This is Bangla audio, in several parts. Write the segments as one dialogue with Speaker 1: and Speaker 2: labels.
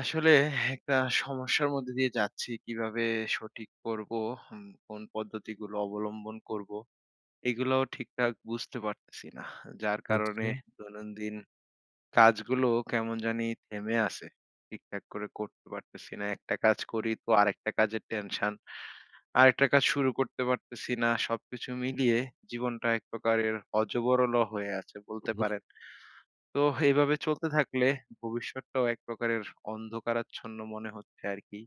Speaker 1: আসলে একটা সমস্যার মধ্যে দিয়ে যাচ্ছি। কিভাবে সঠিক করবো, হুম, কোন পদ্ধতিগুলো অবলম্বন করবো, এগুলোও ঠিকঠাক বুঝতে পারতেছি না। যার কারণে
Speaker 2: আচ্ছা।
Speaker 1: দৈনন্দিন কাজগুলো কেমন জানি থেমে আছে। ঠিকঠাক করে করতে পারতেছি না। একটা কাজ করি তো আরেকটা কাজের টেনশন। আরেকটা কাজ শুরু করতে পারতেছি না। সবকিছু মিলিয়ে জীবনটা এক প্রকারের অজবরল হয়ে আছে বলতে
Speaker 2: হুম,
Speaker 1: পারেন। তো এভাবে চলতে থাকলে ভবিষ্যৎটাও এক প্রকারের অন্ধকারাচ্ছন্ন মনে হচ্ছে আরকি।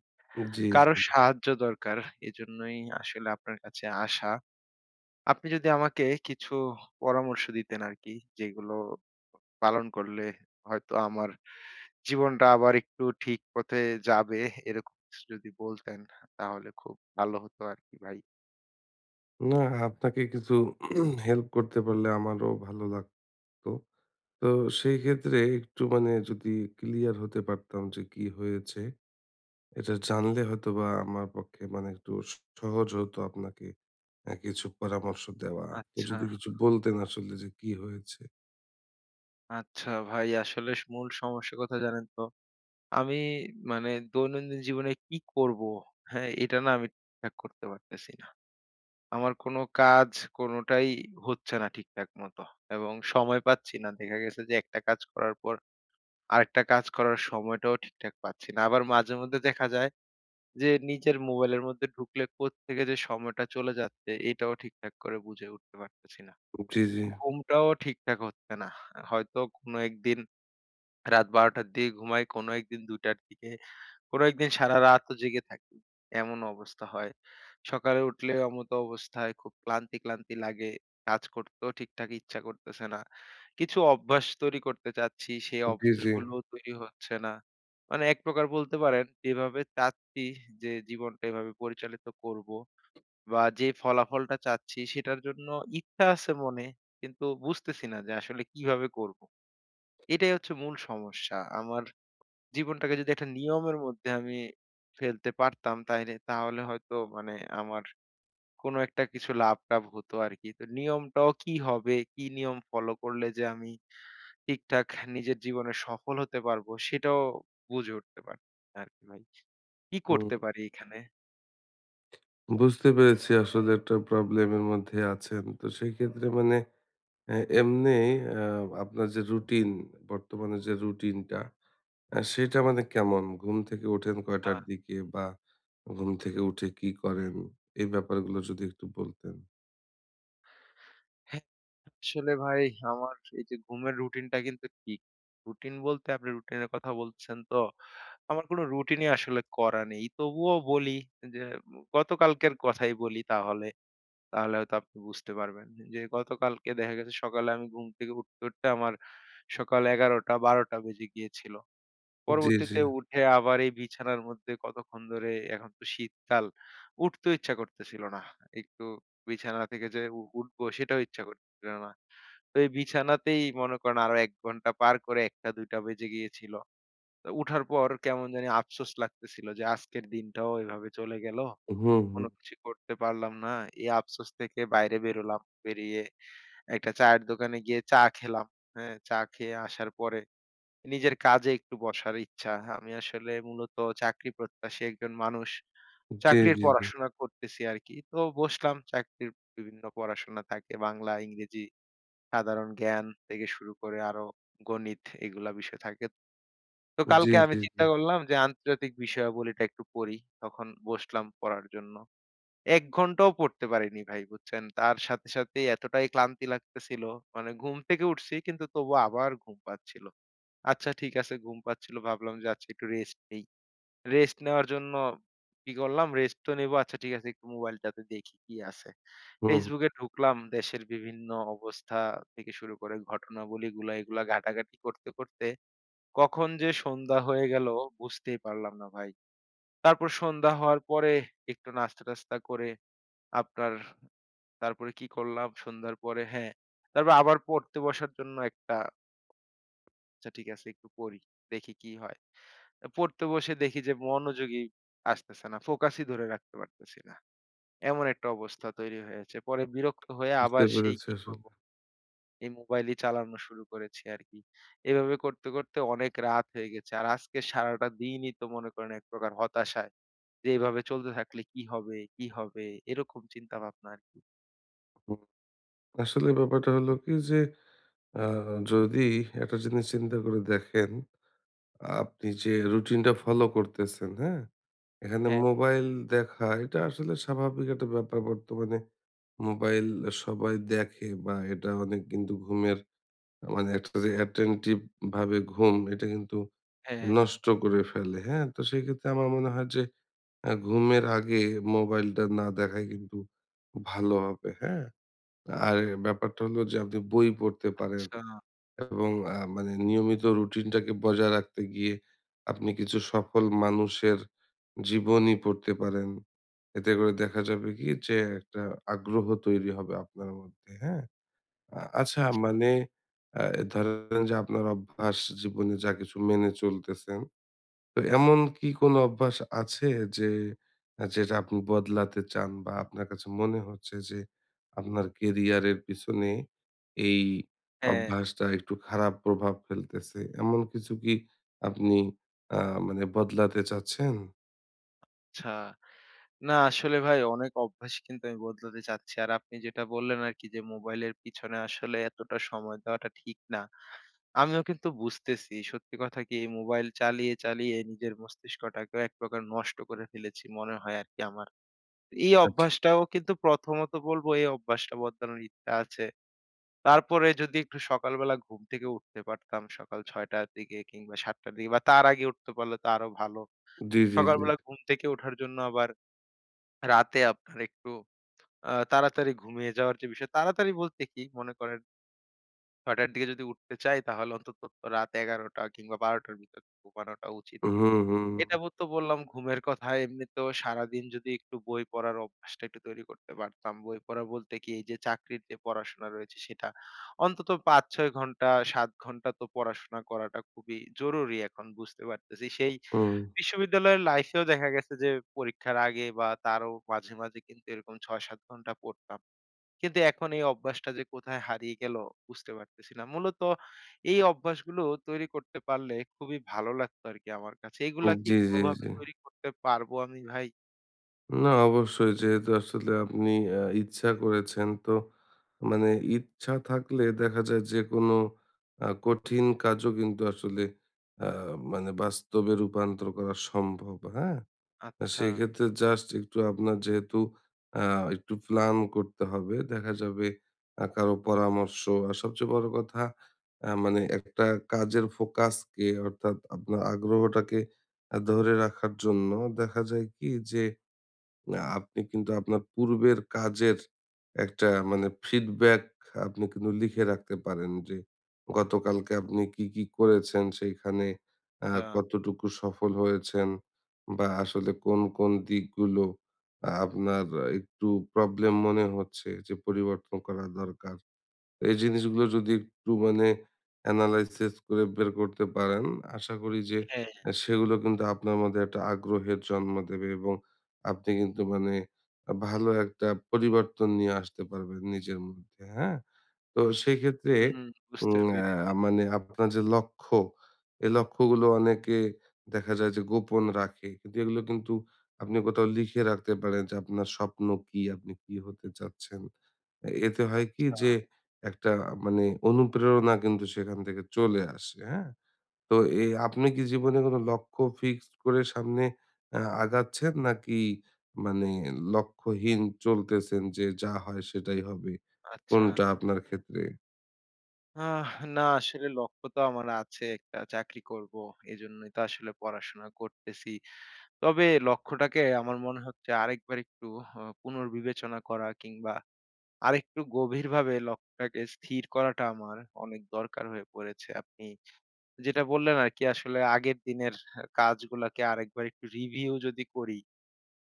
Speaker 2: জি,
Speaker 1: কারো
Speaker 2: জি।
Speaker 1: সাহায্য দরকার। এজন্যই আসলে আপনার কাছে আসা। আপনি যদি আমাকে কিছু পরামর্শ দিতেন আরকি, যেগুলো পালন করলে হয়তো আমার জীবনটা আবার একটু ঠিক পথে যাবে, এরকম কিছু যদি বলতেন তাহলে খুব ভালো হতো আরকি ভাই।
Speaker 2: না আপনাকে কিছু হেল্প করতে পারলে আমারও ভালো লাগতো। তো সেই ক্ষেত্রে একটু মানে যদি ক্লিয়ার হতে পারতাম যে কি হয়েছে, এটা জানলে হয়তোবা আমার পক্ষে মানে একটু সহজ হতো আপনাকে কিছু পরামর্শ দেওয়া। তো
Speaker 1: আচ্ছা,
Speaker 2: যদি কিছু বলতেন আসলে যে কি হয়েছে?
Speaker 1: আচ্ছা ভাই আসলে মূল সমস্যা কোথায় জানেন তো? আমি মানে দৈনন্দিন জীবনে কি করব? হ্যাঁ, এটা না আমি ঠিকঠাক করতে পারতেছি না। আমার কোনো কাজ কোনোটাই হচ্ছে না ঠিকঠাক মতো এবং সময় পাচ্ছি না। দেখা গেছে যে একটা কাজ করার পর আরেকটা কাজ করার সময়টাও ঠিকঠাক পাচ্ছি না। আবার মাঝে মধ্যে দেখা যায় যে নিজের মোবাইলের মধ্যে ঢুকলে কোত্থেকে যে সময়টা চলে যাচ্ছে এটাও ঠিকঠাক করে বুঝে উঠতে পারতেছি না।
Speaker 2: জি, জি,
Speaker 1: ঘুমটাও ঠিকঠাক হচ্ছে না। হয়তো কোনো একদিন রাত ১২ঃ০০ টার দিকে ঘুমাই, কোনো একদিন ২টা টার দিকে। কোনো একদিন সারারাতও জেগে থাকি। এমন অবস্থা হয়। সকালে উঠলে এমতো অবস্থায় খুব ক্লান্তি, ক্লান্তি লাগে। কাজ করতেও ঠিকঠাক ইচ্ছা করতেছে না। কিছু অভ্যাস তৈরি করতে চাচ্ছি, সেই
Speaker 2: জি, জি।
Speaker 1: অভ্যাসগুলোও তৈরি হচ্ছে না। মানে এক প্রকার বলতে পারেন যেভাবে চাচ্ছি যে জীবনটা এভাবে পরিচালিত করব বা যে ফলাফলটা চাচ্ছি সেটার জন্য ইচ্ছা আছে মনে কিন্তু বুঝতেছি না যে আসলে কিভাবে করব। এটাই হচ্ছে মূল সমস্যা। আমার জীবনটাকে যদি একটা নিয়মের মধ্যে আমি ফেলতে পারতাম তাইলে তাহলে হয়তো মানে আমার কোনো একটা কিছু লাভ-টাভ হতো আরকি। তো নিয়মটাও কি হবে, কি নিয়ম ফলো করলে যে আমি ঠিকঠাক নিজের জীবনে সফল হতে পারবো সেটাও বুঝে উঠতে পারছি না আরকি ভাই। কি
Speaker 2: হুম,
Speaker 1: করতে পারি এখানে?
Speaker 2: বুঝতে পেরেছি আসলে একটা প্রবলেম এর মধ্যে আছেন। তো সেক্ষেত্রে মানে অ্যা এমনি আ আপনার যে রুটিন, বর্তমানে যে রুটিনটা সেটা মানে কেমন? ঘুম থেকে ওঠেন কয়টার
Speaker 1: হ্যাঁ।
Speaker 2: দিকে? বা ঘুম থেকে উঠে কি করেন? এই ব্যাপারগুলো যদি একটু বলতেন।
Speaker 1: হ্যাঁ, আসলে ভাই আমার এই যে ঘুমের রুটিনটা কিন্তু ঠিক। রুটিন বলতে আপনি রুটিনের কথা বলছেন তো, আমার কোনো রুটিনই আসলে করা নেই। তবুও বলি যে গতকালকের কথাই বলি তাহলে, তাহলে হয়তো আপনি বুঝতে পারবেন। যে গতকালকে দেখা গেছে সকালে আমি ঘুম থেকে উঠতে, উঠতে আমার সকাল ১১টা ১২টা বেজে গিয়েছিল।
Speaker 2: জি, জি।
Speaker 1: পরবর্তীতে উঠে আবার এই বিছানার মধ্যে কতক্ষণ ধরে এখন তো শীতকাল উঠতেও ইচ্ছা করতেছিল না। একটু বিছানা থেকে যে উঠবো সেটাও ইচ্ছা করছিল না। তো এই বিছানাতেই মনে করেন আরো ১ ঘন্টা পার করে ১টা-২টা বেজে গিয়েছিল। তো উঠার পর কেমন জানি আফসোস লাগতেছিল যে আজকের দিনটাও এভাবে চলে গেল।
Speaker 2: হুম, হুম।
Speaker 1: কোনো কিছু করতে পারলাম না। এই আফসোস থেকে বাইরে বেরোলাম। বেরিয়ে একটা চায়ের দোকানে গিয়ে চা খেলাম। হ্যাঁ? চা খেয়ে আসার পরে নিজের কাজে একটু বসার ইচ্ছা। আমি আসলে মূলত চাকরি প্রত্যাশী একজন মানুষ।
Speaker 2: জি,
Speaker 1: চাকরির
Speaker 2: জি, জি।
Speaker 1: পড়াশোনা করতেছি আরকি। তো বসলাম চাকরির বিভিন্ন পড়াশোনা থাকে বাংলা, ইংরেজি, সাধারণ জ্ঞান থেকে শুরু করে আরো গণিত এগুলা বিষয় থাকে। তো
Speaker 2: জি,
Speaker 1: কালকে আমি
Speaker 2: জি, জি।
Speaker 1: চিন্তা করলাম যে আন্তর্জাতিক বিষয়াবলীটা একটু পড়ি। তখন বসলাম পড়ার জন্য। ১ ঘন্টাও পড়তে পারিনি ভাই বুঝছেন? তার সাথে সাথেই এতটাই ক্লান্তি লাগতেছিল। মানে ঘুম থেকে উঠছি কিন্তু তবুও আবার ঘুম পাচ্ছিল। আচ্ছা ঠিক আছে ঘুম পাচ্ছিল। ভাবলাম যে আচ্ছা একটু রেস্ট নেই। রেস্ট নেওয়ার জন্য কি করলাম? রেস্ট তো নেবো। আচ্ছা ঠিক আছে একটু মোবাইলটাতে দেখি কি আছে।
Speaker 2: হুম, হুম,
Speaker 1: Facebook এ ঢুকলাম। দেশের বিভিন্ন অবস্থা থেকে শুরু করে ঘটনাবলীগুলা এগুলা ঘাটাঘাটি করতে, করতে কখন যে সন্ধ্যা হয়ে গেল বুঝতেই পারলাম না ভাই। তারপর সন্ধ্যা হওয়ার পরে একটু নাস্তা-টাস্তা করে আপনার তারপরে কি করলাম সন্ধ্যার পরে হ্যাঁ, তারপর আবার পড়তে বসার জন্য একটা আচ্ছা ঠিক আছে একটু পড়ি। দেখি কি হয়। পড়তে বসে দেখি যে মনোযোগই আসতেছে না, ফোকাসই ধরে রাখতে পারতেছি না। এমন একটা অবস্থা তৈরি হয়েছে। পরে বিরক্ত হয়ে
Speaker 2: বুঝতে
Speaker 1: আবার সেই
Speaker 2: পেরেছি
Speaker 1: কি
Speaker 2: আসলে।
Speaker 1: করব, এই মোবাইলই চালানো শুরু করেছি আরকি। এভাবে করতে, করতে অনেক রাত হয়ে গেছে। আর আজকে সারাটা দিনই তো মনে করেন এক প্রকার হতাশায় যে এভাবে চলতে থাকলে কি হবে, কি হবে? এরকম চিন্তাভাবনা আরকি।
Speaker 2: হুম। আসলে ব্যাপারটা হলো কি যে আ যদি একটা জিনিস চিন্তা করে দেখেন, আপনি যে রুটিনটা ফলো করতেছেন, হ্যাঁ? এখানে
Speaker 1: হ্যাঁ,
Speaker 2: মোবাইল দেখা এটা আসলে স্বাভাবিক একটা ব্যাপার। বর্তমানে মোবাইল সবাই দেখে বা এটা অনেক কিন্তু ঘুমের মানে একটা যে attentive ভাবে ঘুম এটা কিন্তু
Speaker 1: হ্যাঁ।
Speaker 2: নষ্ট করে ফেলে। হ্যাঁ? তো সেক্ষেত্রে আমার মনে হয় যে ঘুমের আগে মোবাইলটা না দেখাই কিন্তু ভালো হবে। হ্যাঁ? আর ব্যাপারটা হলো যে আপনি বই পড়তে পারেন।
Speaker 1: আচ্ছা,
Speaker 2: এবং মানে নিয়মিত রুটিনটাকে বজায় রাখতে গিয়ে আপনি কিছু সফল মানুষের জীবনী পড়তে পারেন। এতে করে দেখা যাবে কি যে একটা আগ্রহ তৈরি হবে আপনার মধ্যে, হ্যাঁ? আচ্ছা
Speaker 1: আচ্ছা।
Speaker 2: মানে আ ধরেন যে আপনার অভ্যাস জীবনে যা কিছু মেনে চলতেছেন তো এমন কি কোনো অভ্যাস আছে যে যেটা আপনি বদলাতে চান বা আপনার কাছে মনে হচ্ছে যে আপনার কেরিয়ারের পিছনে এই
Speaker 1: হ্যাঁ,
Speaker 2: অভ্যাসটা একটু খারাপ প্রভাব ফেলতেছে। এমন কিছু কি আপনি আ মানে বদলাতে চাচ্ছেন?
Speaker 1: আচ্ছা। না আসলে ভাই অনেক অভ্যাস কিন্তু আমি বদলাতে চাচ্ছি। আর আপনি যেটা বললেন আরকি যে মোবাইলের পিছনে আসলে এতটা সময় দেওয়াটা ঠিক না। আমিও কিন্তু বুঝতেছি সত্যি কথা কি এই মোবাইল চালিয়ে, চালিয়ে নিজের মস্তিষ্কটাকেও এক প্রকার নষ্ট করে ফেলেছি মনে হয় আরকি আমার। এই
Speaker 2: আচ্ছা।
Speaker 1: অভ্যাসটাও কিন্তু প্রথমত বলব এই অভ্যাসটা বদলানোর ইচ্ছা আছে। তারপরে যদি একটু সকালবেলা ঘুম থেকে উঠতে পারতাম সকাল ৬টা টার দিকে কিংবা ৭টা টার দিকে বা তার আগে উঠতে পারলে তো আরো ভালো।
Speaker 2: জি, জি, জি।
Speaker 1: সকালবেলা ঘুম থেকে ওঠার জন্য আবার রাতে আপনার একটু তাড়াতাড়ি ঘুমিয়ে যাওয়ার যে বিষয়, তাড়াতাড়ি বলতে কি? মনে করেন ৬ঃ০০ র দিকে যদি উঠতে চাই তাহলে অন্তত রাত ১১ঃ০০ কিংবা ১২ঃ০০ র ভিতর ঘুমানোটা উচিত।
Speaker 2: হুম, হুম,
Speaker 1: এটা তো বললাম ঘুমের কথা। এমনিতেও সারাদিন যদি একটু বই পড়ার অভ্যাসটা একটু তৈরি করতে পারতাম। বই পড়া বলতে কি? এই যে চাকরির যে পড়াশোনা রয়েছে সেটা অন্তত ৫-৬ ঘন্টা ৭ ঘন্টা তো পড়াশোনা করাটা খুবই জরুরি এখন বুঝতে পারতেছি। সেই
Speaker 2: হুম।
Speaker 1: বিশ্ববিদ্যালয়ের লাইফেও দেখা গেছে যে পরীক্ষার আগে বা তারও মাঝে, মাঝে কিন্তু এরকম ৬-৭ ঘন্টা পড়তাম। কিন্তু এখন এই অভ্যাসটা যে কোথায় হারিয়ে গেল বুঝতে পারতেছি না। মূলত এই অভ্যাসগুলো তৈরি করতে পারলে খুবই ভালো লাগতো আরকি আমার কাছে। এগুলা কি
Speaker 2: জি, জি,
Speaker 1: কোনোভাবে
Speaker 2: জি।
Speaker 1: তৈরি করতে পারবো আমি ভাই?
Speaker 2: না অবশ্যই যেহেতু আসলে আপনি ইচ্ছা করেছেন তো মানে ইচ্ছা থাকলে দেখা যায় যে কোনো কঠিন কাজও কিন্তু আসলে মানে বাস্তবে রূপান্তর করা সম্ভব। হ্যাঁ? আর
Speaker 1: আচ্ছা,
Speaker 2: সেক্ষেত্রে জাস্ট একটু আপনার যেহেতু একটু প্ল্যান করতে হবে। দেখা যাবে কারো পরামর্শ। আর সবচেয়ে বড় কথা মানে একটা কাজের ফোকাসকে অর্থাৎ আপনার আগ্রহটাকে ধরে রাখার জন্য দেখা যায় কি যে না, আপনি কিন্তু আপনার পূর্বের কাজের একটা মানে ফিডব্যাক আপনি কিন্তু লিখে রাখতে পারেন যে, গতকালকে আপনি কি, কি করেছেন? সেইখানে আ
Speaker 1: আচ্ছা।
Speaker 2: কতটুকু সফল হয়েছেন? বা আসলে কোন, কোন দিকগুলো আপনার একটু প্রবলেম মনে হচ্ছে যে পরিবর্তন করা দরকার? এই জিনিসগুলো যদি একটু মানে এনালাইসিস করে বের করতে পারেন, আশা করি যে
Speaker 1: হ্যাঁ,
Speaker 2: সেগুলো কিন্তু আপনার মধ্যে একটা আগ্রহের জন্ম দেবে এবং আপনি কিন্তু মানে ভালো একটা পরিবর্তন নিয়ে আসতে পারবেন নিজের মধ্যে, হ্যাঁ? তো সেক্ষেত্রে
Speaker 1: হুম,
Speaker 2: উম
Speaker 1: বুঝতে পেরেছি।
Speaker 2: মানে আপনার যে লক্ষ্য, এই লক্ষ্যগুলো অনেকে দেখা যায় যে গোপন রাখে। কিন্তু এগুলো কিন্তু আপনি কোথাও লিখে রাখতে পারেন যে আপনার স্বপ্ন কি? আপনি কি হতে চাচ্ছেন? এতে হয় কি যে
Speaker 1: আচ্ছা,
Speaker 2: একটা মানে অনুপ্রেরণা কিন্তু সেখান থেকে চলে আসে, হ্যাঁ? তো আপনি কি জীবনে কোনো লক্ষ্য ফিক্সড করে সামনে আগাচ্ছেন? নাকি মানে লক্ষ্যহীন চলতেছেন যে যা হয় সেটাই হবে?
Speaker 1: আচ্ছা।
Speaker 2: কোনটা আপনার ক্ষেত্রে?
Speaker 1: আহ না আসলে লক্ষ্য তো আমার আছে একটা চাকরি করব। এজন্যই তো আসলে পড়াশোনা করতেছি। তবে লক্ষ্যটাকে আমার মনে হচ্ছে আরেকবার একটু পুনর্বিবেচনা করা কিংবা আরেকটু গভীরভাবে লক্ষ্যটাকে স্থির করাটা আমার অনেক দরকার হয়ে পড়েছে। আপনি যেটা বললেন আরকি আসলে আগের দিনের কাজগুলাকে আরেকবার একটু রিভিউ যদি করি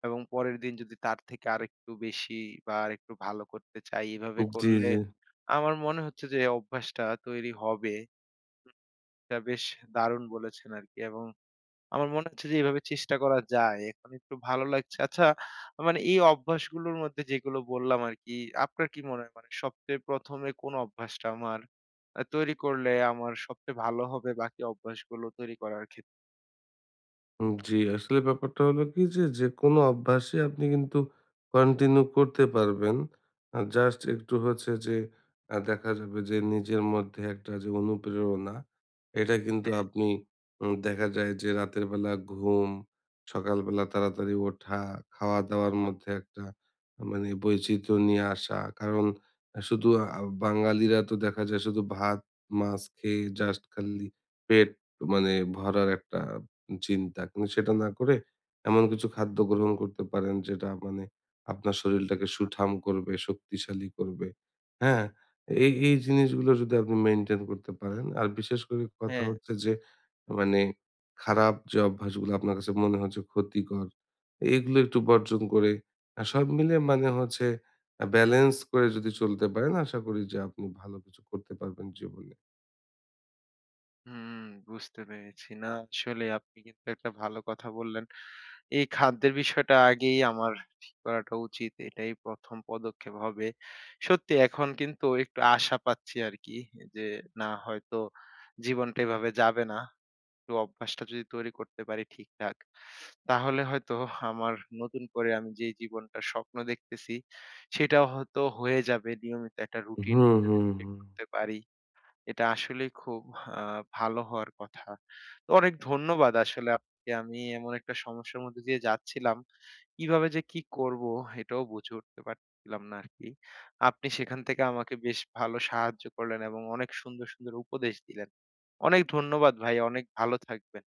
Speaker 1: এবং পরের দিন যদি তার থেকে আরেকটু বেশি বা আরেকটু ভালো করতে চাই, এভাবে
Speaker 2: জি,
Speaker 1: করলে
Speaker 2: জি।
Speaker 1: আমার মনে হচ্ছে যে অভ্যাসটা তৈরি হবে। এটা বেশ দারুণ বলেছেন আরকি এবং আমার মনে হচ্ছে যে এভাবে চেষ্টা করা যায়। এখন একটু ভালো লাগছে। আচ্ছা মানে এই অভ্যাসগুলোর মধ্যে যেগুলো বললাম আরকি, আপনার কি মনে হয় মানে সবচেয়ে ১ম এ কোন অভ্যাসটা আমার তৈরি করলে আমার সবচেয়ে ভালো হবে বাকি অভ্যাসগুলো তৈরি করার ক্ষেত্রে?
Speaker 2: জি, আসলে ব্যাপারটা হলো কি যে, যেকোনো অভ্যাসই আপনি কিন্তু কন্টিনিউ করতে পারবেন। জাস্ট একটু হচ্ছে যে দেখা যাবে যে নিজের মধ্যে একটা যে অনুপ্রেরণা, এটা কিন্তু
Speaker 1: হ্যাঁ,
Speaker 2: আপনি দেখা যায় যে রাতের বেলা ঘুম, সকালবেলা তাড়াতাড়ি ওঠা, খাওয়া-দাওয়ার মধ্যে একটা মানে বৈচিত্র্য নিয়ে আসা। কারণ শুধু বাঙালিরা তো দেখা যায় শুধু ভাত, মাছ খেয়ে জাস্ট খালি পেট মানে ভরার একটা চিন্তা। কিন্তু সেটা না করে এমন কিছু খাদ্য গ্রহণ করতে পারেন যেটা মানে আপনার শরীরটাকে সুঠাম করবে, শক্তিশালী করবে। হ্যাঁ? এই জিনিসগুলো যদি আপনি মেইনটেইন করতে পারেন। আর বিশেষ করে কথা
Speaker 1: হ্যাঁ।
Speaker 2: হচ্ছে যে মানে খারাপ যে অভ্যাসগুলো আপনার কাছে মনে হচ্ছে ক্ষতিকর, এগুলো একটু বর্জন করে সব মিলে মানে হচ্ছে ব্যালেন্স করে যদি চলতে পারেন আশা করি যে আপনি ভালো কিছু করতে পারবেন জীবনে।
Speaker 1: হুম, বুঝতে পেরেছি। না আসলে আপনি কিন্তু একটা ভালো কথা বললেন। এই খাদ্যের বিষয়টা আগেই আমার ঠিক করাটা উচিত। এটাই ১ম পদক্ষেপ হবে। সত্যি এখন কিন্তু একটু আশা পাচ্ছি আরকি যে না হয়তো জীবনটা এভাবে যাবে না। তো অভ্যাসটা যদি তৈরি করতে পারি ঠিকঠাক, তাহলে হয়তো আমার নতুন করে আমি যে জীবনটার স্বপ্ন দেখতেছি, সেটাও হয়তো হয়ে যাবে। নিয়মিত একটা রুটিন
Speaker 2: হুম,
Speaker 1: যদি
Speaker 2: হুম,
Speaker 1: তৈরি
Speaker 2: হুম।
Speaker 1: করতে পারি। এটা আসলেই খুব আ ভালো হওয়ার কথা। তো অনেক ধন্যবাদ আসলে আপনাকে। আমি এমন একটা সমস্যার মধ্যে দিয়ে যাচ্ছিলাম। কিভাবে যে কি করব এটাও বুঝে উঠতে পারছিলাম না আরকি। আপনি সেখান থেকে আমাকে বেশ ভালো সাহায্য করলেন এবং অনেক সুন্দর, সুন্দর উপদেশ দিলেন। অনেক ধন্যবাদ ভাই। অনেক ভালো থাকবেন।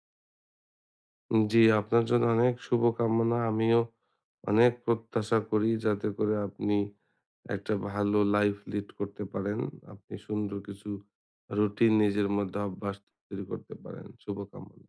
Speaker 2: জি, আপনার জন্য অনেক শুভকামনা। আমিও অনেক প্রত্যাশা করি যাতে করে আপনি একটা ভালো লাইফ লিড করতে পারেন। আপনি সুন্দর কিছু রুটিন নিজের মধ্যে অভ্যাস তৈরি করতে পারেন। শুভকামনা।